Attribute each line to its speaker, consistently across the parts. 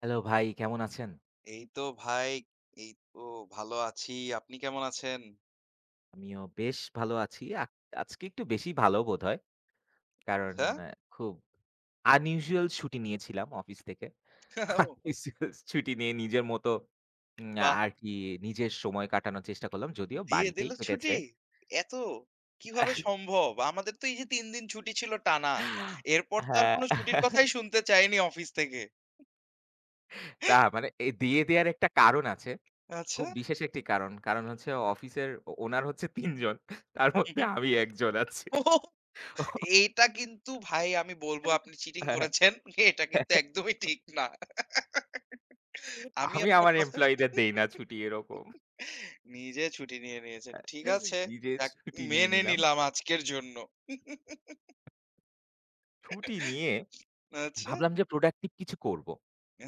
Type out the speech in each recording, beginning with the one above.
Speaker 1: Hello ভাই, কেমন আছেন?
Speaker 2: এই তো ভাই, এই তো ভালো আছি। আপনি কেমন আছেন?
Speaker 1: আমিও বেশ ভালো আছি। আজকে একটু বেশি ভালো বোধহয়। কারণ
Speaker 2: আচ্ছা?
Speaker 1: আ খুব unusual ছুটি নিয়েছিলাম অফিস থেকে। Unusual ছুটি নিয়ে নিজের মতো উম
Speaker 2: বাহ!
Speaker 1: আর কি নিজের সময় কাটানোর চেষ্টা করলাম। যদিও
Speaker 2: দিয়ে দিল
Speaker 1: বাড়িতেই কেটেছে।
Speaker 2: ছুটি? এত কিভাবে সম্ভব? আমাদের তো এই যে ৩ দিন ছুটি ছিল টানা। এরপর তো আর
Speaker 1: হ্যাঁ,
Speaker 2: কোনো ছুটির কথাই শুনতে চাইনি অফিস থেকে।
Speaker 1: না মানে এ দিয়ে দেয়ার একটা কারণ আছে।
Speaker 2: আচ্ছা?
Speaker 1: খুব বিশেষ একটি কারণ। কারণ হচ্ছে অফিসের ওনার হচ্ছে ৩ জন। তার
Speaker 2: হু,
Speaker 1: মধ্যে
Speaker 2: হু।
Speaker 1: আমি ১ জন আছি।
Speaker 2: ওহ! এইটা কিন্তু ভাই আমি বলব আপনি চিটিং
Speaker 1: হ্যাঁ, হ্যাঁ।
Speaker 2: করেছেন। এটা কিন্তু একদমই ঠিক না। আমি
Speaker 1: আমি
Speaker 2: আপনার
Speaker 1: আমার
Speaker 2: কথা
Speaker 1: এমপ্লয়িদের দেই না ছুটি এরকম।
Speaker 2: নিজে ছুটি নিয়ে নিয়েছেন। ঠিক আছে।
Speaker 1: নিজের
Speaker 2: যাক
Speaker 1: ছুটি নিয়ে
Speaker 2: মেনে
Speaker 1: নিলাম।
Speaker 2: নিলাম আজকের জন্য।
Speaker 1: ছুটি নিয়ে
Speaker 2: আচ্ছা।
Speaker 1: ভাবলাম যে প্রোডাক্টিভ কিছু করব।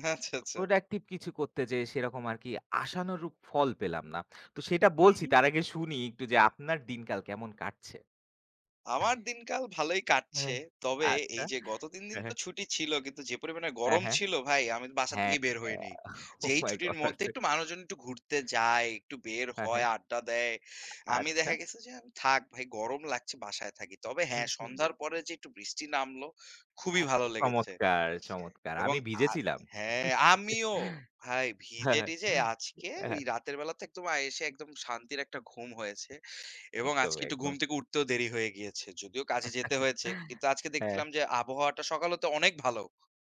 Speaker 2: আচ্ছা, আচ্ছা।
Speaker 1: প্রোডাক্টিভ কিছু করতে যেয়ে সেরকম আরকি আশানুরূপ ফল পেলাম না। তো সেটা
Speaker 2: হুম
Speaker 1: বলছি
Speaker 2: হুম।
Speaker 1: তার আগে শুনি একটু যে আপনার দিনকাল কেমন কাটছে?
Speaker 2: আমার দিনকাল ভালোই কাটছে।
Speaker 1: হ্যাঁ।
Speaker 2: তবে
Speaker 1: আচ্ছা।
Speaker 2: এই যে গত ৩ দিন
Speaker 1: হ্যাঁ,
Speaker 2: তো
Speaker 1: হ্যাঁ,
Speaker 2: ছুটি ছিল কিন্তু যে পরিমাণে
Speaker 1: হ্যাঁ,
Speaker 2: গরম
Speaker 1: হ্যাঁ,
Speaker 2: ছিল ভাই আমি তো বাসা
Speaker 1: হ্যাঁ।
Speaker 2: থেকে বের হইনি। যে
Speaker 1: ওহ
Speaker 2: এই
Speaker 1: মাই
Speaker 2: ছুটির
Speaker 1: গড!
Speaker 2: মধ্যে একটু মানুষজন একটু ঘুরতে যায়, একটু বের
Speaker 1: হ্যাঁ,
Speaker 2: হয়,
Speaker 1: হ্যাঁ।
Speaker 2: আড্ডা দেয়। আমি
Speaker 1: আচ্ছা।
Speaker 2: দেখা গেছে যে আমি থাক ভাই গরম লাগছে বাসায় থাকি। তবে হ্যাঁ,
Speaker 1: হুম, হুম।
Speaker 2: সন্ধ্যার পরে যে একটু বৃষ্টি নামলো খুবই
Speaker 1: হ্যাঁ,
Speaker 2: ভালো লেগেছে।
Speaker 1: চমৎকার, চমৎকার।
Speaker 2: এবং
Speaker 1: আমি
Speaker 2: আর
Speaker 1: ভিজেছিলাম।
Speaker 2: হ্যাঁ, আমিও ভাই
Speaker 1: হ্যাঁ,
Speaker 2: ভিজে-টিজে আজকে ওই
Speaker 1: হ্যাঁ,
Speaker 2: রাতের বেলাতে একদম এসে একদম শান্তির একটা ঘুম হয়েছে। এবং
Speaker 1: একদম,
Speaker 2: আজকে একটু ঘুম
Speaker 1: একদম।
Speaker 2: থেকে উঠতেও দেরি হয়ে গিয়েছে। যদিও কাজে যেতে হয়েছে। কিন্তু আজকে
Speaker 1: হ্যাঁ।
Speaker 2: দেখছিলাম যে আবহাওয়াটা সকাল হতে অনেক ভালো।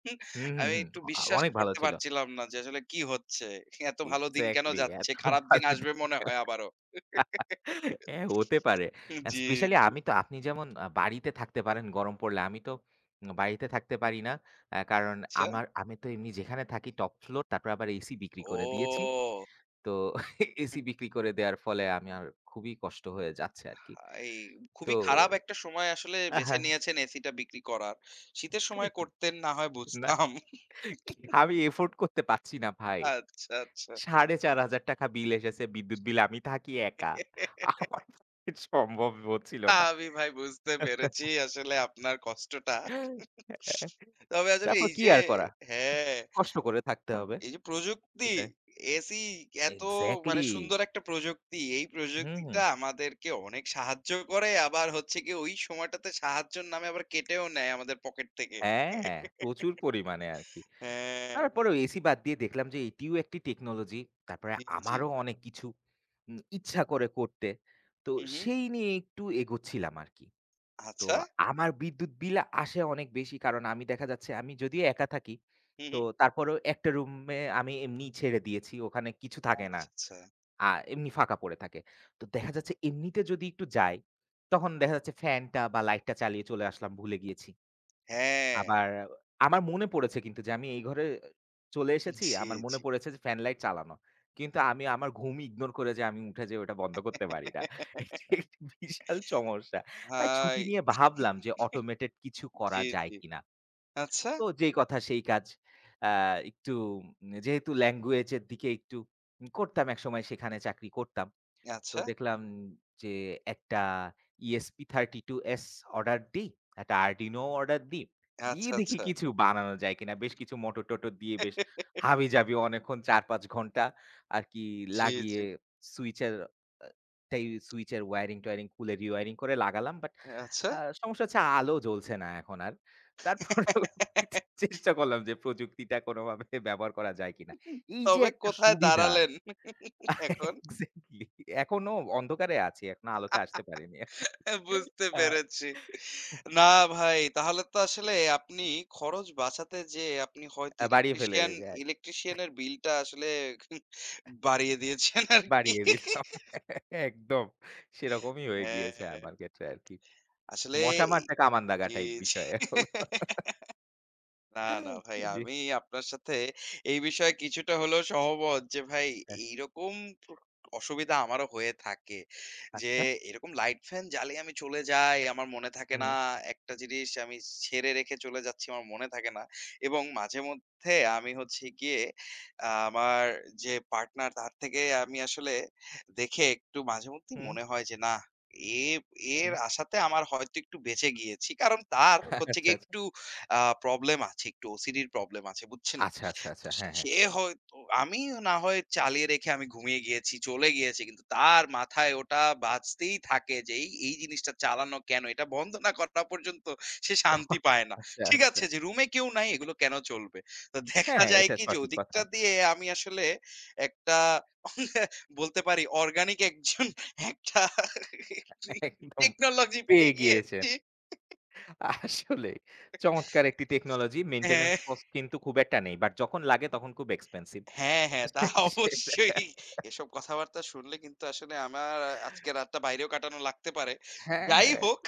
Speaker 2: হুম,
Speaker 1: হুম, হুম,
Speaker 2: আমি
Speaker 1: হুম।
Speaker 2: একটু বিশ্বাস
Speaker 1: অনেক ভালো
Speaker 2: করতে
Speaker 1: ছিল।
Speaker 2: পারছিলাম না যে আসলে কি হচ্ছে? এত ভালো দিন কেন
Speaker 1: এক্সাক্টলি
Speaker 2: যাচ্ছে?
Speaker 1: এত
Speaker 2: খারাপ দিন
Speaker 1: ভালো
Speaker 2: আসবে
Speaker 1: দিন
Speaker 2: মনে হয় আবারও।
Speaker 1: হ্যাঁ, হতে পারে।
Speaker 2: জি,
Speaker 1: স্পেশালি
Speaker 2: জি।
Speaker 1: আমি তো আপনি যেমন বাড়িতে থাকতে পারেন গরম পড়লে, আমি তো বাড়িতে থাকতে পারি না। কারণ
Speaker 2: আচ্ছা।
Speaker 1: আমি তো এমনি যেখানে থাকি টপ ফ্লোর, তারপর আবার এসি বিক্রি করে দিয়েছি।
Speaker 2: ও!
Speaker 1: তো এসি বিক্রি করে দেওয়ার ফলে আমি আর খুবই কষ্ট হয়ে যাচ্ছে আরকি।
Speaker 2: ভাই
Speaker 1: তো
Speaker 2: খুবই খারাপ একটা সময় আসলে বেছে
Speaker 1: আহা
Speaker 2: নিয়েছেন এসিটা বিক্রি করার। শীতের সময় করতেন না হয়
Speaker 1: না
Speaker 2: বুঝতাম।
Speaker 1: আমি এফোর্ড করতে পারছি না ভাই।
Speaker 2: আচ্ছা, আচ্ছা।
Speaker 1: ৳৪,৫০০ বিল এসেছে বিদ্যুৎ বিল। আমি থাকি একা। আমার পক্ষে সম্ভব হচ্ছিল না।
Speaker 2: আমি ভাই বুঝতে পেরেছি আসলে আপনার কষ্টটা।
Speaker 1: অ্যা
Speaker 2: তবে আসলে
Speaker 1: তারপর
Speaker 2: এই
Speaker 1: কি
Speaker 2: যে
Speaker 1: আর করা? হুম,
Speaker 2: হ্যাঁ,
Speaker 1: কষ্ট করে থাকতে হবে।
Speaker 2: এই যে প্রযুক্তি,
Speaker 1: সেটাই।
Speaker 2: এসি এত মানে
Speaker 1: এক্সাক্টলি।
Speaker 2: সুন্দর একটা প্রযুক্তি। এই
Speaker 1: হুম, হুম।
Speaker 2: প্রযুক্তিটা আমাদেরকে অনেক সাহায্য করে। আবার হচ্ছে গিয়ে ওই সময়টাতে সাহায্যের নামে আবার কেটেও নেয় আমাদের পকেট থেকে।
Speaker 1: হ্যাঁ, প্রচুর পরিমাণে আরকি।
Speaker 2: হ্যাঁ,
Speaker 1: তারপরেও এসি বাদ দিয়ে দেখলাম যে এটিও একটি টেকনোলজি। তারপরে
Speaker 2: জি, জি।
Speaker 1: আমারও অনেক কিছু ইচ্ছা করে করতে। তো
Speaker 2: হু, হু।
Speaker 1: সেই নিয়ে একটু এগোচ্ছিলাম আরকি। তো
Speaker 2: আচ্ছা।
Speaker 1: আমার বিদ্যুৎ বিল আসে অনেক বেশি। কারণ আমি দেখা যাচ্ছে আমি যদিও একা থাকি,
Speaker 2: হু, হু।
Speaker 1: তো তারপরেও একটা রুমে আমি এমনিই ছেড়ে দিয়েছি। ওখানে কিছু থাকে না।
Speaker 2: আচ্ছা, আচ্ছা।
Speaker 1: আ এমনি ফাঁকা পড়ে থাকে। তো দেখা যাচ্ছে এমনিতে যদি একটু যাই, তখন দেখা যাচ্ছে ফ্যানটা বা লাইটটা চালিয়ে চলে আসলাম, ভুলে গিয়েছি।
Speaker 2: হ্যাঁ।
Speaker 1: আবার আমার মনে পড়েছে কিন্তু যে আমি এই ঘরে চলে এসেছি।
Speaker 2: জি,
Speaker 1: আমার মনে
Speaker 2: জি।
Speaker 1: পড়েছে যে ফ্যান লাইট চালানো। কিন্তু আমি আমার ঘুম ইগনোর করে যে আমি উঠে যে ওটা বন্ধ করতে পারি না। এটি একটি বিশাল সমস্যা। তাই
Speaker 2: ভাই
Speaker 1: ছুটি নিয়ে ভাবলাম যে অটোমেটেড কিছু করা
Speaker 2: জি,
Speaker 1: যায়
Speaker 2: জি।
Speaker 1: কিনা।
Speaker 2: আচ্ছা,
Speaker 1: তো যেই কথা সেই কাজ। আ একটু যেহেতু ল্যাঙ্গুয়েজ এর দিকে একটু করতাম একসময় সেখানে চাকরি করতাম। তো
Speaker 2: আচ্ছা,
Speaker 1: দেখলাম যে একটা ESP32s অর্ডার দিই, একটা Arduino অর্ডার দিই। দিয়ে
Speaker 2: আচ্ছা,
Speaker 1: দেখি
Speaker 2: আচ্ছা।
Speaker 1: কিছু বানানো যায় কিনা। বেশ কিছু মোটর-টোটর দিয়ে বেশ হাবিজাবি অনেকক্ষণ ৪-৫ ঘন্টা আর কি
Speaker 2: জি,
Speaker 1: লাগিয়ে
Speaker 2: জি।
Speaker 1: সুইচের আ টাই সুইচের ওয়্যারিং-টয়ারিং খুলে রিওয়্যারিং করে লাগালাম। বাট
Speaker 2: আচ্ছা।
Speaker 1: সমস্যা হচ্ছে আলো জ্বলছে না এখন আর। তারপরেও চেষ্টা করলাম যে প্রযুক্তিটা কোনোভাবে ব্যবহার করা যায় কিনা। এই যে
Speaker 2: তবে
Speaker 1: একটা
Speaker 2: কোথায়
Speaker 1: সুবিধা
Speaker 2: দাঁড়ালেন এখন
Speaker 1: এক্সাক্টলি। এখনো অন্ধকারে আছি। এখনো আলোতে আসতে পারিনি আরকি।
Speaker 2: বুঝতে
Speaker 1: আ
Speaker 2: পেরেছি। না ভাই, তাহলে তো আসলে আপনি খরচ বাঁচাতে যেয়ে আপনি হয়তো
Speaker 1: আ বাড়িয়ে ফেলে
Speaker 2: ইলেকট্রিশিয়ান
Speaker 1: দেয়
Speaker 2: ইলেকট্রিশিয়ান এর বিলটা আসলে বাড়িয়ে দিয়েছেন আরকি।
Speaker 1: বাড়িয়ে দিলাম। একদম সেরকমই হয়ে
Speaker 2: হ্যাঁ,
Speaker 1: গিয়েছে আমার ক্ষেত্রে আরকি।
Speaker 2: আসলে
Speaker 1: মশা
Speaker 2: এই
Speaker 1: মারতে কামান দাগা
Speaker 2: জি,
Speaker 1: টাইপ
Speaker 2: জি।
Speaker 1: বিষয় হলো।
Speaker 2: না, না ভাই
Speaker 1: জি।
Speaker 2: আমি আপনার সাথে এই বিষয়ে কিছুটা হলেও সহমত যে ভাই
Speaker 1: হ্যাঁ,
Speaker 2: এইরকম প্র অসুবিধা আমারও হয়ে থাকে। যে
Speaker 1: আচ্ছা।
Speaker 2: এরকম লাইট ফ্যান জ্বালিয়ে আমি চলে যাই, আমার মনে থাকে না।
Speaker 1: হুম,
Speaker 2: একটা জিনিস আমি ছেড়ে রেখে চলে যাচ্ছি, আমার মনে থাকে না। এবং মাঝেমধ্যে আমি হচ্ছে গিয়ে আমার যে পার্টনার তার থেকে আমি আসলে দেখে একটু মাঝেমধ্যেই
Speaker 1: হুম,
Speaker 2: মনে হয় যে, নাহ এ এর
Speaker 1: হুম।
Speaker 2: আশাতে আমার হয়তো একটু বেঁচে গিয়েছি। কারণ তার হচ্ছে
Speaker 1: আচ্ছা,
Speaker 2: গিয়ে
Speaker 1: আচ্ছা।
Speaker 2: একটু আ প্রবলেম আছে একটু ওসিডি র প্রবলেম আছে, বুঝছেন?
Speaker 1: আচ্ছা, আচ্ছা,
Speaker 2: তো
Speaker 1: আচ্ছা। হ্যাঁ, হ্যাঁ।
Speaker 2: সে হয়তো আমি না হয় চালিয়ে রেখে আমি ঘুমিয়ে গিয়েছি, চলে গিয়েছি। কিন্তু তার মাথায় ওটা বাজতেই থাকে যে এই, এই জিনিসটা চালানো কেন? এটা বন্ধ না করা পর্যন্ত সে
Speaker 1: ও
Speaker 2: শান্তি পায় না।
Speaker 1: আচ্ছা,
Speaker 2: ঠিক
Speaker 1: আচ্ছা।
Speaker 2: আছে যে রুমে কেউ নাই এগুলো কেন চলবে? তো
Speaker 1: হ্যাঁ,
Speaker 2: দেখা
Speaker 1: হ্যাঁ,
Speaker 2: যায়
Speaker 1: এটা
Speaker 2: কি যে
Speaker 1: সঠিক কথা।
Speaker 2: ওদিকটা দিয়ে আমি আসলে একটা বলতে পারি অর্গানিক একজন একটা
Speaker 1: একদম
Speaker 2: টেকনোলজি পেয়ে
Speaker 1: পেয়ে গিয়েছেন।
Speaker 2: গিয়েছি।
Speaker 1: আসলে চমৎকার একটি টেকনোলজি। মেইনটেন্যান্স
Speaker 2: হ্যাঁ।
Speaker 1: কস্ট কিন্তু খুব একটা নেই। বাট যখন লাগে তখন খুব এক্সপেনসিভ।
Speaker 2: হ্যাঁ, হ্যাঁ, তা
Speaker 1: সেটা
Speaker 2: অবশ্যই। এসব কথাবার্তা শুনলে কিন্তু আসলে আমার আজকে রাতটা বাইরেও কাটানো লাগতে পারে।
Speaker 1: হ্যাঁ,
Speaker 2: যাই
Speaker 1: হ্যাঁ।
Speaker 2: হোক,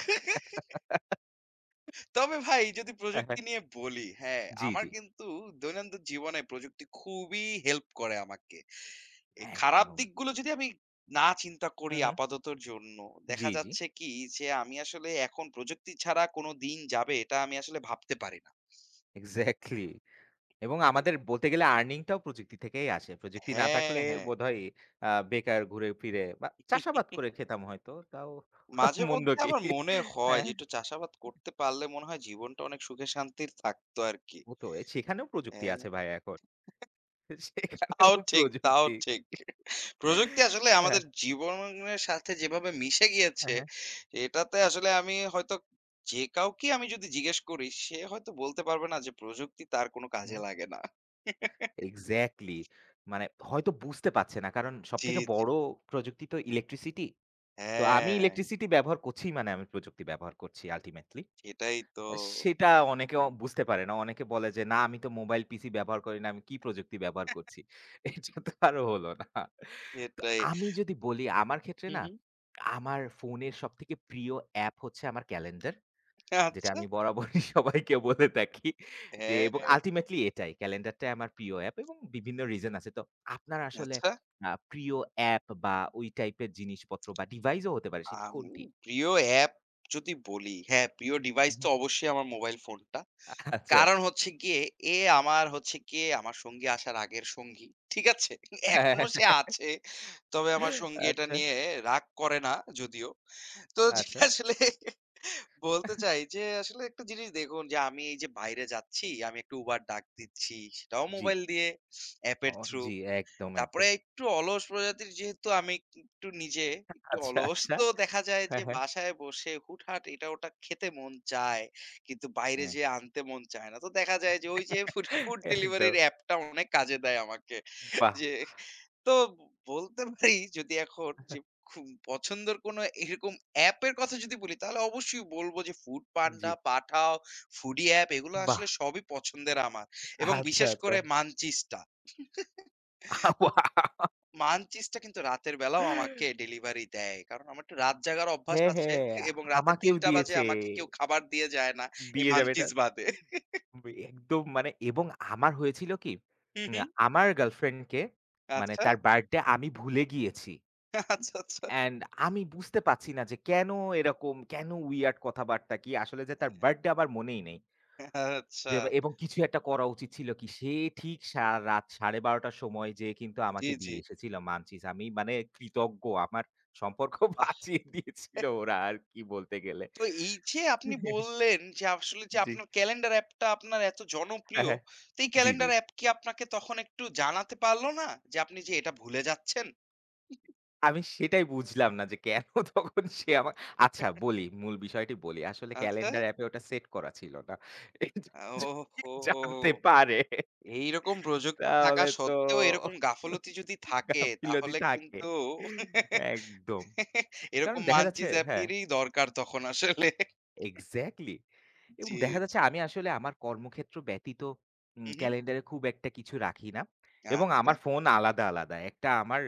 Speaker 2: তবে ভাই যদি প্রযুক্তি নিয়ে বলি, হ্যাঁ,
Speaker 1: জি,
Speaker 2: আমার
Speaker 1: জি।
Speaker 2: কিন্তু দৈনন্দিন জীবনে প্রযুক্তি খুবই হেল্প করে আমাকে। এই খারাপ
Speaker 1: একদম।
Speaker 2: দিকগুলো যদি আমি না চিন্তা করি
Speaker 1: হু, হু।
Speaker 2: আপাততর জন্য, দেখা
Speaker 1: জি, জি।
Speaker 2: যাচ্ছে কি যে আমি আসলে এখন প্রযুক্তি ছাড়া কোনো দিন যাবে এটা আমি আসলে ভাবতে পারি না।
Speaker 1: এক্সাক্টলি এবং আমাদের বলতে গেলে আর্নিং টাও প্রযুক্তি থেকেই আসে। প্রযুক্তি না
Speaker 2: হ্যাঁ,
Speaker 1: থাকলে বোধহয় বেকার ঘুরে ফিরে বা চাষাবাদ
Speaker 2: হ্যাঁ।
Speaker 1: করে খেতাম হয়তো। তাও
Speaker 2: মাঝে
Speaker 1: মন্দ
Speaker 2: মধ্যে
Speaker 1: কি?
Speaker 2: আমার মনে হয়
Speaker 1: হ্যাঁ,
Speaker 2: যে একটু চাষাবাদ করতে পারলে মনে হয় জীবনটা অনেক সুখে শান্তির থাকতো আরকি।
Speaker 1: হতো। সেখানেও প্রযুক্তি
Speaker 2: হ্যাঁ,
Speaker 1: আছে ভাই এখন। সেখানেও
Speaker 2: তাও ঠিক, তাও
Speaker 1: প্রযুক্তি।
Speaker 2: ঠিক। প্রযুক্তি আসলে
Speaker 1: হ্যাঁ,
Speaker 2: আমাদের জীবনের সাথে যেভাবে মিশে গিয়েছে,
Speaker 1: হ্যাঁ, হ্যাঁ।
Speaker 2: এটাতে আসলে আমি হয়তো যে কাউকেই আমি যদি জিজ্ঞেস করি, সে হয়তো বলতে পারবে না যে প্রযুক্তি তার কোনো কাজে
Speaker 1: হুম,
Speaker 2: লাগে না।
Speaker 1: এক্সাক্টলি। মানে হয়তো বুঝতে পারছে না। কারণ
Speaker 2: জি,
Speaker 1: সবথেকে
Speaker 2: জি।
Speaker 1: বড় প্রযুক্তি তো ইলেকট্রিসিটি। তো আমি
Speaker 2: হ্যাঁ,
Speaker 1: ইলেকট্রিসিটি ব্যবহার করছি মানে আমি প্রযুক্তি ব্যবহার করছি আল্টিমেটলি।
Speaker 2: সেটাই তো।
Speaker 1: আ সেটা অনেকে বুঝতে পারে না। অনেকে বলে যে, "না আমি তো মোবাইল পিসি ব্যবহার করি না। আমি কি প্রযুক্তি ব্যবহার করছি?" এটা তো আরো হলো না। তো
Speaker 2: সেটাই।
Speaker 1: আমি যদি বলি আমার ক্ষেত্রে
Speaker 2: হু,
Speaker 1: না,
Speaker 2: হু।
Speaker 1: আমার ফোনের সবথেকে প্রিয় অ্যাপ হচ্ছে আমার ক্যালেন্ডার। যেটা
Speaker 2: আচ্ছা।
Speaker 1: আমি বরাবরই সবাইকে বলে থাকি যে
Speaker 2: হ্যাঁ,
Speaker 1: এবং আল্টিমেটলি এটাই। ক্যালেন্ডারটা আমার প্রিয় অ্যাপ এবং বিভিন্ন রিজন আছে। তো আপনার আসলে
Speaker 2: আচ্ছা।
Speaker 1: প্রিয় অ্যাপ বা ওই টাইপের জিনিসপত্র বা ডিভাইস ও হতে পারে সেটি
Speaker 2: আমি
Speaker 1: কোনটি?
Speaker 2: প্রিয় অ্যাপ যদি বলি, হ্যাঁ, প্রিয় ডিভাইস
Speaker 1: হুম,
Speaker 2: তো
Speaker 1: হুম।
Speaker 2: অবশ্যই আমার মোবাইল ফোনটা।
Speaker 1: আচ্ছা, আচ্ছা।
Speaker 2: কারণ হচ্ছে গিয়ে এ আমার হচ্ছে গিয়ে আমার সঙ্গী আসার আগের সঙ্গী। ঠিক আছে?
Speaker 1: হ্যাঁ,
Speaker 2: এখনো সে আছে। তবে আমার সঙ্গী এটা
Speaker 1: আচ্ছা,
Speaker 2: নিয়ে রাগ করে না যদিও। তো যেটা
Speaker 1: আচ্ছা।
Speaker 2: আসলে বলতে চাই যে আসলে একটা জিনিস দেখুন যে আমি এই যে বাইরে যাচ্ছি, আমি একটা Uber ডাক দিচ্ছি, সেটাও
Speaker 1: জি,
Speaker 2: মোবাইল দিয়ে, অ্যাপের
Speaker 1: অ
Speaker 2: থ্রু।
Speaker 1: জি, একদম, একদম।
Speaker 2: তারপরে একটু অলস প্রজাতির যেহেতু আমি একটু নিজে একটু
Speaker 1: আচ্ছা,
Speaker 2: অলস,
Speaker 1: আচ্ছা।
Speaker 2: তো দেখা যায় যে
Speaker 1: হ্যাঁ, হ্যাঁ,
Speaker 2: বাসায় বসে হুটহাট এটা ওটা খেতে মন চায়। কিন্তু বাইরে
Speaker 1: হ্যাঁ।
Speaker 2: যেয়ে আনতে মন চায় না। তো দেখা যায় যে ওই যে ফুড ফুড ডেলিভারির
Speaker 1: একদম।
Speaker 2: অ্যাপটা অনেক কাজে দেয় আমাকে।
Speaker 1: বাহ!
Speaker 2: যে তো বলতে পারি যদি এখন যে খুব পছন্দের কোনো এরকম অ্যাপের কথা যদি বলি তাহলে অবশ্যই বলব যে ফুড
Speaker 1: জি,
Speaker 2: পান্ডা, পাঠাও, ফুডি অ্যাপ এগুলো
Speaker 1: বাহ!
Speaker 2: আসলে সবই পছন্দের আমার। এবং
Speaker 1: আচ্ছা,
Speaker 2: বিশেষ
Speaker 1: আচ্ছা।
Speaker 2: করে মানচিসটা।
Speaker 1: আ ওয়া
Speaker 2: মানচিসটা কিন্তু রাতের বেলাও আমাকে ডেলিভারি দেয়। কারণ আমার একটু রাত জাগার অভ্যাস
Speaker 1: হ্যাঁ,
Speaker 2: আছে
Speaker 1: হ্যাঁ,
Speaker 2: এবং রাতে
Speaker 1: আমাকেও
Speaker 2: ৩:০০ বাজে
Speaker 1: দিয়েছে।
Speaker 2: আমাকে কেউ খাবার দিয়ে যায় না এই
Speaker 1: দিয়ে যাবে এটা।
Speaker 2: মানচিস বাদে।
Speaker 1: একদম মানে এবং আমার হয়েছিল কি?
Speaker 2: হু, হু।
Speaker 1: আমার গার্লফ্রেন্ডকে মানে
Speaker 2: আচ্ছা,
Speaker 1: তার বার্থডে আমি ভুলে গিয়েছি।
Speaker 2: আচ্ছা, আচ্ছা।
Speaker 1: অ্যান্ড আমি বুঝতে পারছি না যে কেন এরকম, কেন উইয়ার্ড কথাবার্তা কি আসলে যে তার বার্থডে আমার মনেই নেই।
Speaker 2: আচ্ছা।
Speaker 1: যে এবং কিছু একটা করা উচিত ছিল কি? সে ঠিক সা রাত 12:30 র সময় যেয়ে কিন্তু
Speaker 2: জি,
Speaker 1: আমাকে
Speaker 2: জি।
Speaker 1: দিয়ে এসেছিল মানচিস। আমি মানে কৃতজ্ঞ। আমার সম্পর্ক
Speaker 2: বাহ!
Speaker 1: বাঁচিয়ে দিয়েছিল ওরা আর কি বলতে গেলে।
Speaker 2: তো এই যে আপনি বললেন যে আসলে যে
Speaker 1: জি।
Speaker 2: আপনার ক্যালেন্ডার অ্যাপটা আপনার এত
Speaker 1: হ্যাঁ,
Speaker 2: জনপ্রিয়,
Speaker 1: হ্যাঁ।
Speaker 2: তো এই
Speaker 1: জি, জি।
Speaker 2: ক্যালেন্ডার অ্যাপ কি আপনাকে তখন একটু জানাতে পারল না যে আপনি যে এটা ভুলে যাচ্ছেন?
Speaker 1: আমি সেটাই বুঝলাম না যে কেন তখন সে আমা আচ্ছা বলি, মূল বিষয়টি বলি। আসলে
Speaker 2: আচ্ছা।
Speaker 1: ক্যালেন্ডার অ্যাপে ওটা সেট করা ছিল না। এটা যদি জানতে
Speaker 2: ওহো!
Speaker 1: পারে
Speaker 2: এইরকম প্রযুক্তি থাকা
Speaker 1: তাহলে তো
Speaker 2: সত্ত্বেও এরকম গাফলতি যদি থাকে
Speaker 1: গাফিলতি
Speaker 2: তাহলে
Speaker 1: থাকে।
Speaker 2: কিন্তু
Speaker 1: একদম। কারণ
Speaker 2: এরকম
Speaker 1: দেখা যাচ্ছে
Speaker 2: মানচিস
Speaker 1: হ্যাঁ,
Speaker 2: অ্যাপেরই দরকার তখন আসলে।
Speaker 1: এক্সাক্টলি এবং
Speaker 2: জি,
Speaker 1: দেখা
Speaker 2: জি।
Speaker 1: যাচ্ছে আমি আসলে আমার কর্মক্ষেত্র ব্যতীত
Speaker 2: হু, হু।
Speaker 1: ক্যালেন্ডারে খুব একটা কিছু রাখি না এবং
Speaker 2: আচ্ছা,
Speaker 1: আমার ফোন আলাদা, আলাদা। একটা আমার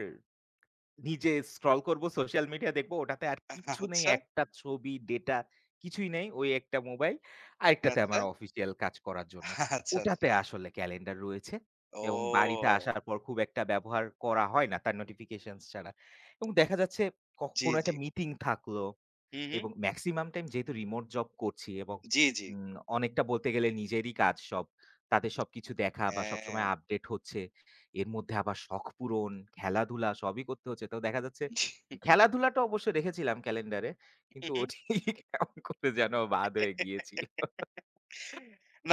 Speaker 1: নিজে স্ক্রল করব, সোশ্যাল মিডিয়া দেখব। ওটাতে আর কিচ্ছু নেই।
Speaker 2: আচ্ছা,
Speaker 1: একটা ছবি, ডেটা কিছুই নেই। ওই একটা মোবাইল। আরেকটাতে
Speaker 2: আচ্ছা,
Speaker 1: আমার অফিসিয়াল কাজ করার জন্য।
Speaker 2: আচ্ছা, আচ্ছা।
Speaker 1: ওটাতে আসলে ক্যালেন্ডার রয়েছে এবং বাড়িতে
Speaker 2: ও!
Speaker 1: আসার পর খুব একটা ব্যবহার করা হয় না তার নোটিফিকেশনস ছাড়া। এবং দেখা যাচ্ছে
Speaker 2: জি,
Speaker 1: কোনো
Speaker 2: জি।
Speaker 1: একটা মিটিং থাকলো
Speaker 2: হু, হু।
Speaker 1: এবং মেক্সিমাম টাইম যেহেতু রিমোট জব করছি এবং
Speaker 2: জি, জি।
Speaker 1: অনেকটা বলতে গেলে নিজেরই কাজ সব। তাদের সবকিছু দেখা বা
Speaker 2: হ্যাঁ।
Speaker 1: সবসময় আপডেট হচ্ছে। এর মধ্যে আবার শখ পূরণ, খেলাধুলা সবই করতে হচ্ছে। তো দেখা যাচ্ছে খেলাধুলাটা অবশ্য রেখেছিলাম ক্যালেন্ডারে।
Speaker 2: হু,
Speaker 1: কিন্তু
Speaker 2: হু।
Speaker 1: ওটি কেমন করে যেন বাদ হয়ে গিয়েছিল।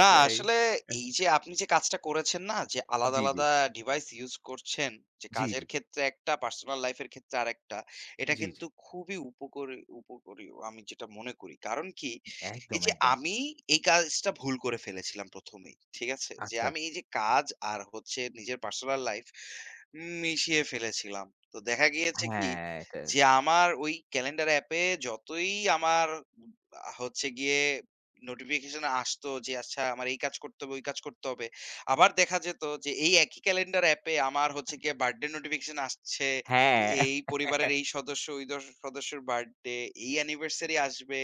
Speaker 2: না আসলে
Speaker 1: এহ
Speaker 2: এই যে আপনি যে কাজটা করেছেন না যে আলাদা,
Speaker 1: জি, জি।
Speaker 2: আলাদা ডিভাইস ইউজ করছেন যে
Speaker 1: জি,
Speaker 2: কাজের
Speaker 1: জি।
Speaker 2: ক্ষেত্রে একটা পার্সোনাল লাইফ এর ক্ষেত্রে আরেকটা। এটা
Speaker 1: জি, জি।
Speaker 2: কিন্তু খুবই উপকরি উপকারী আমি যেটা মনে করি। কারণ কি? এই
Speaker 1: একদম,
Speaker 2: যে
Speaker 1: একদম।
Speaker 2: আমি এই কাজটা ভুল করে ফেলেছিলাম ১ম এই। ঠিক আছে? যে
Speaker 1: আচ্ছা।
Speaker 2: আমি এই যে কাজ আর হচ্ছে নিজের পার্সোনাল লাইফ মিশিয়ে ফেলেছিলাম। তো দেখা গিয়েছে কি?
Speaker 1: হ্যাঁ, এটা
Speaker 2: যে আমার ওই ক্যালেন্ডার অ্যাপে যতই আমার হচ্ছে গিয়ে নোটিফিকেশন আসতো যে আচ্ছা আমার এই কাজ করতে হবে, ওই কাজ করতে হবে। আবার দেখা যেত যে এই একই ক্যালেন্ডার অ্যাপে আমার হচ্ছে গিয়ে বার্থডে নোটিফিকেশন আসছে।
Speaker 1: হ্যাঁ,
Speaker 2: এই পরিবারের এই সদস্য, ওই দশ সদস্যের বার্থডে, এই অ্যানিভার্সারি আসবে।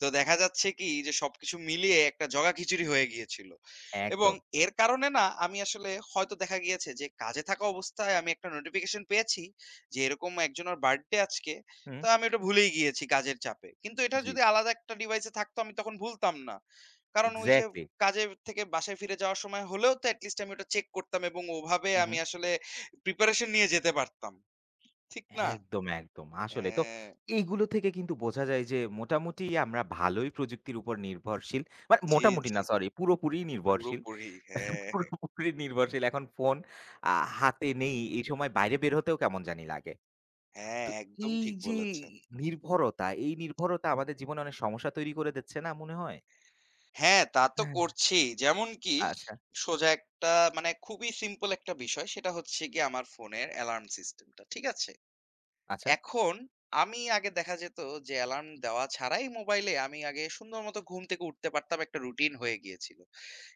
Speaker 2: তো দেখা যাচ্ছে কি যে সবকিছু মিলিয়ে একটা জগাখিচুড়ি হয়ে গিয়েছিল। এবং
Speaker 1: একদম।
Speaker 2: এর কারণে না আমি আসলে হয়তো দেখা গিয়েছে যে কাজে থাকা অবস্থায় আমি একটা নোটিফিকেশন পেয়েছি যে এরকম একজনের বার্থডে আজকে।
Speaker 1: হুম,
Speaker 2: তো আমি ওটা ভুলেই গিয়েছি কাজের চাপে। কিন্তু এটা
Speaker 1: জি।
Speaker 2: যদি আলাদা একটা ডিভাইসে থাকতো আমি তখন ভুলতাম না। কারণ ওই যে
Speaker 1: এক্সাক্টলি।
Speaker 2: কাজের থেকে বাসায় ফিরে যাওয়ার সময় হলেও তো এট লিস্ট আমি ওটা চেক করতাম এবং ওভাবে
Speaker 1: হু, হু।
Speaker 2: আমি আসলে প্রিপারেশন নিয়ে যেতে পারতাম। ঠিক না?
Speaker 1: একদম, একদম। আসলে তো
Speaker 2: হ্যাঁ,
Speaker 1: এইগুলো থেকে কিন্তু বোঝা যায় যে মোটামুটি আমরা ভালোই প্রযুক্তির উপর নির্ভরশীল। মানে
Speaker 2: জি,
Speaker 1: মোটামুটি
Speaker 2: জি।
Speaker 1: না সরি পুরোপুরি নির্ভরশীল।
Speaker 2: পুরোপুরি। হ্যাঁ,
Speaker 1: পুরোপুরি নির্ভরশীল এখন ফোন আ হাতে নেই এই সময় বাইরে বের হতেও কেমন জানি লাগে।
Speaker 2: হ্যাঁ,
Speaker 1: তো
Speaker 2: একদম
Speaker 1: এই
Speaker 2: ঠিক
Speaker 1: যে
Speaker 2: বলেছেন।
Speaker 1: নির্ভরতা, এই নির্ভরতা আমাদের জীবনে অনেক সমস্যা তৈরি করে দিচ্ছে না মনে হয়?
Speaker 2: হ্যাঁ, তা তো
Speaker 1: হ্যাঁ।
Speaker 2: করছি। যেমন কি
Speaker 1: আচ্ছা,
Speaker 2: সোজা একটা মানে খুবই সিম্পল একটা বিষয় সেটা হচ্ছে গিয়ে আমার ফোনের অ্যালার্ম সিস্টেমটা। ঠিক আছে?
Speaker 1: আচ্ছা।
Speaker 2: এখন আমি আগে দেখা যেত যে অ্যালার্ম দেওয়া ছাড়াই মোবাইলে আমি আগে সুন্দর মতো ঘুম থেকে উঠতে পারতাম একটা রুটিন হয়ে গিয়েছিল।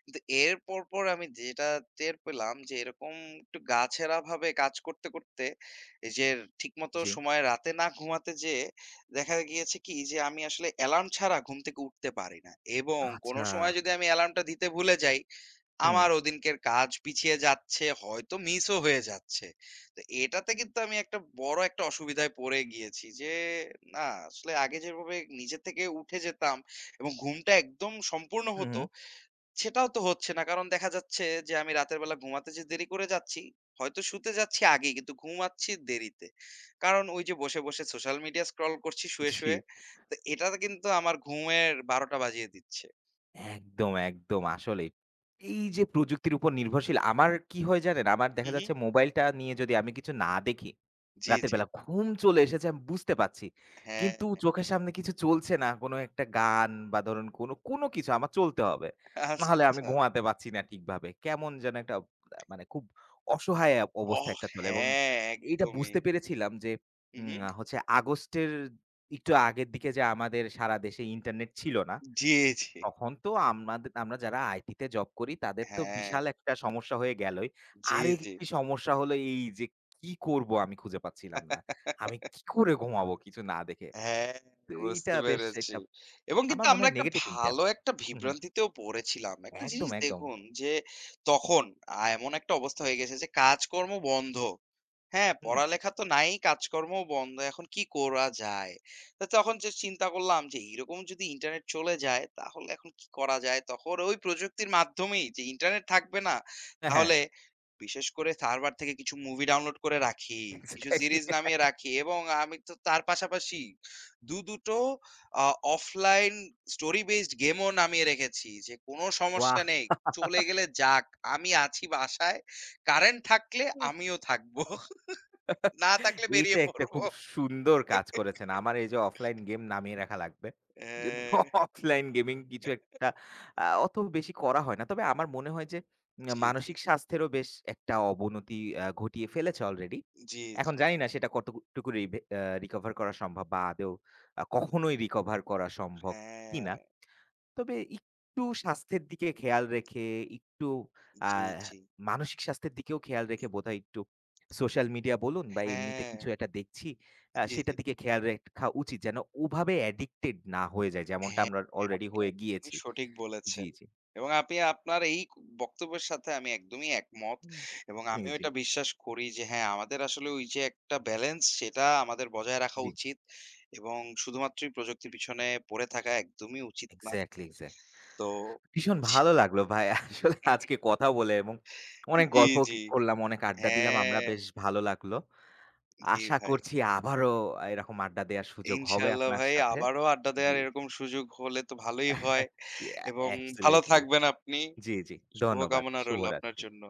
Speaker 2: কিন্তু এর পরপর আমি যেটা টের পেলাম যে এরকম একটু গা-ছেড়া ভাবে কাজ করতে, করতে এই যে ঠিকমতো
Speaker 1: জি।
Speaker 2: সময়ে রাতে না ঘুমাতে যেয়ে দেখা গিয়েছে কি যে আমি আসলে অ্যালার্ম ছাড়া ঘুম থেকে উঠতে পারি না। এবং কোন
Speaker 1: আচ্ছা।
Speaker 2: সময় যদি আমি অ্যালার্মটা দিতে ভুলে যাই
Speaker 1: হুম,
Speaker 2: আমারও দিনকের কাজ পিছিয়ে যাচ্ছে, হয়তো মিসও হয়ে যাচ্ছে। তো এটাতে কিন্তু আমি একটা বড় একটা অসুবিধায় পড়ে গিয়েছি যে, না আসলে আগে যেভাবে নিজে থেকে উঠে যেতাম এবং ঘুমটা একদম সম্পূর্ণ
Speaker 1: হু, হু।
Speaker 2: হতো, সেটাও তো হচ্ছে না। কারণ দেখা যাচ্ছে যে আমি রাতের বেলা ঘুমাতে যে দেরি করে যাচ্ছি, হয়তো শুতে যাচ্ছি আগেই কিন্তু ঘুমাচ্ছি দেরিতে। কারণ ওই যে বসে, বসে সোশ্যাল মিডিয়া স্ক্রল করছি শুয়ে,
Speaker 1: জি।
Speaker 2: শুয়ে। তো এটাতে কিন্তু আমার ঘুমের ১২:০০ টা বাজিয়ে দিচ্ছে।
Speaker 1: একদম, একদম আসলেই। এই যে প্রযুক্তির উপর নির্ভরশীল আমার কি হয় জানেন? আমার
Speaker 2: হু,
Speaker 1: দেখা
Speaker 2: হু।
Speaker 1: যাচ্ছে মোবাইলটা নিয়ে যদি আমি কিছু না দেখি,
Speaker 2: জি,
Speaker 1: রাতের
Speaker 2: জি।
Speaker 1: বেলা ঘুম চলে এসেছে আমি বুঝতে পারছি।
Speaker 2: হ্যাঁ,
Speaker 1: কিন্তু চোখের সামনে কিছু চলছে না। কোনো একটা গান বা ধরুন কোনো, কোনো কিছু আমার চলতে হবে।
Speaker 2: আচ্ছা,
Speaker 1: নাহলে আমি
Speaker 2: আচ্ছা।
Speaker 1: ঘুমাতে পারছি না ঠিকভাবে। কেমন যেন একটা মানে খুব অসহায় অবস্থা
Speaker 2: ওহ!
Speaker 1: একটা চলে এবং
Speaker 2: হ্যাঁ,
Speaker 1: এইটা
Speaker 2: একদমই।
Speaker 1: বুঝতে পেরেছিলাম যে
Speaker 2: হু,
Speaker 1: উম
Speaker 2: হু।
Speaker 1: আ হচ্ছে আগস্টের একটু আগের দিকে যে আমাদের সারা দেশে ইন্টারনেট ছিল না।
Speaker 2: জি, জি।
Speaker 1: তখন তো আমাদের আমরা যারা আইটিতে জব করি তাদের তো জি।
Speaker 2: হ্যাঁ,
Speaker 1: বিশাল একটা সমস্যা হয়ে গেলই।
Speaker 2: জি, জি।
Speaker 1: আরেকটি সমস্যা হলো এই যে কি করব আমি খুঁজে পাচ্ছিলাম না। আমি কি করে ঘুমাবো কিছু না দেখে।
Speaker 2: হ্যাঁ,
Speaker 1: তো এইটা
Speaker 2: বুঝতে
Speaker 1: বেশ
Speaker 2: পেরেছি।
Speaker 1: একটা
Speaker 2: এবং
Speaker 1: আমার
Speaker 2: কিন্তু
Speaker 1: মনে
Speaker 2: আমরা
Speaker 1: হয়
Speaker 2: একটা
Speaker 1: নেগেটিভ ইমপ্যাক্ট।
Speaker 2: ভালো একটা
Speaker 1: হুম, হুম।
Speaker 2: বিভ্রান্তিতেও পড়েছিলাম। একটা
Speaker 1: একদম,
Speaker 2: জিনিস
Speaker 1: একদম।
Speaker 2: দেখুন যে তখন এমন একটা অবস্থা হয়ে গেছে যে কাজকর্ম বন্ধ। হ্যাঁ,
Speaker 1: হুম।
Speaker 2: পড়ালেখা তো নাই, কাজকর্মও বন্ধ। এখন কি করা যায়? তো তখন যে চিন্তা করলাম যে এরকম যদি ইন্টারনেট চলে যায়, তাহলে এখন কি করা যায়? তখন ওই প্রযুক্তির মাধ্যমেই যে ইন্টারনেট থাকবে না,
Speaker 1: হ্যাঁ, হ্যাঁ।
Speaker 2: তাহলে বিশেষ করে সার্ভার থেকে কিছু মুভি ডাউনলোড করে রাখি, কিছু
Speaker 1: এক্সাক্টলি।
Speaker 2: সিরিজ নামিয়ে রাখি এবং আমি তো তার পাশাপাশি ২ দুটো আ অফলাইন স্টোরি বেসড গেমও নামিয়ে রেখেছি যে কোনো সমস্যা
Speaker 1: ওয়াহ!
Speaker 2: নেই। চলে গেলে যাক, আমি আছি বাসায়। কারেন্ট থাকলে আমিও থাকবো। না থাকলে বেরিয়ে
Speaker 1: এইটা একটা
Speaker 2: পড়বো।
Speaker 1: খুব সুন্দর কাজ করেছেন। আমার এই যে অফলাইন গেম নামিয়ে রাখা লাগবে। যদি
Speaker 2: হ্যাঁ,
Speaker 1: অফলাইন গেমিং কিছু একটা অত বেশি করা হয় না। তবে আমার মনে হয় যে
Speaker 2: জি, জি,
Speaker 1: মানসিক স্বাস্থ্যেরও বেশ একটা অবনতি ঘটিয়ে ফেলেছে অলরেডি।
Speaker 2: জি, জি।
Speaker 1: এখন জানি না সেটা কতটুকু রিভে আ রিকভার করা সম্ভব বা আদৌ কখনোই রিকভার করা সম্ভব কিনা।
Speaker 2: হ্যাঁ,
Speaker 1: তবে একটু স্বাস্থ্যের দিকে খেয়াল রেখে, একটু আ
Speaker 2: জি, জি।
Speaker 1: মানসিক স্বাস্থ্যের দিকেও খেয়াল রেখে বোধহয় একটু সোশ্যাল মিডিয়া বলুন বা এমনিতে
Speaker 2: হ্যাঁ,
Speaker 1: কিছু একটা দেখছি,
Speaker 2: জি, জি।
Speaker 1: সেটার দিকে খেয়াল রাখা উচিত। যেন ওভাবে অ্যাডিক্টেড না হয়ে যাই, যেমনটা
Speaker 2: হ্যাঁ,
Speaker 1: আমরা অলরেডি
Speaker 2: আপনি
Speaker 1: হয়ে
Speaker 2: একদমই
Speaker 1: গিয়েছি।
Speaker 2: সঠিক
Speaker 1: জি,
Speaker 2: বলেছেন।
Speaker 1: জি।
Speaker 2: এবং আপনি আপনার এই বক্তব্যের সাথে আমি একদমই একমত।
Speaker 1: হুম।
Speaker 2: এবং
Speaker 1: জি,
Speaker 2: আমিও
Speaker 1: জি,
Speaker 2: এটা বিশ্বাস করি যে হ্যাঁ, আমাদের আসলে ওই যে একটা ব্যালেন্স সেটা আমাদের বজায় রাখা
Speaker 1: জি।
Speaker 2: উচিত। এবং শুধুমাত্রই প্রযুক্তির পিছনে পড়ে থাকা একদমই উচিত না।
Speaker 1: Exactly, exact.
Speaker 2: তো
Speaker 1: ভীষণ ভালো লাগলো ভাই আসলে আজকে কথা বলে এবং অনেক
Speaker 2: জি,
Speaker 1: গল্প কি
Speaker 2: জি,
Speaker 1: করলাম, অনেক আড্ডা দিলাম। আমরা
Speaker 2: হ্যাঁ,
Speaker 1: বেশ ভালো লাগলো।
Speaker 2: জি
Speaker 1: আশা
Speaker 2: ভাই।
Speaker 1: করছি আবারও এরকম আড্ডা দেওয়ার সুযোগ হবে
Speaker 2: ইনশাল্লাহ
Speaker 1: আপনার
Speaker 2: ভাই
Speaker 1: সাথে।
Speaker 2: আবারও আড্ডা
Speaker 1: জি।
Speaker 2: দেওয়ার এরকম সুযোগ হলে তো ভালোই হয় এবং ভালো
Speaker 1: অ্যাবসোলিউটলি।
Speaker 2: থাকবেন আপনি।
Speaker 1: জি, জি। ধন্যবাদ।
Speaker 2: শুভকামনা রইল আপনার
Speaker 1: শুভরাত্রি।
Speaker 2: জন্য।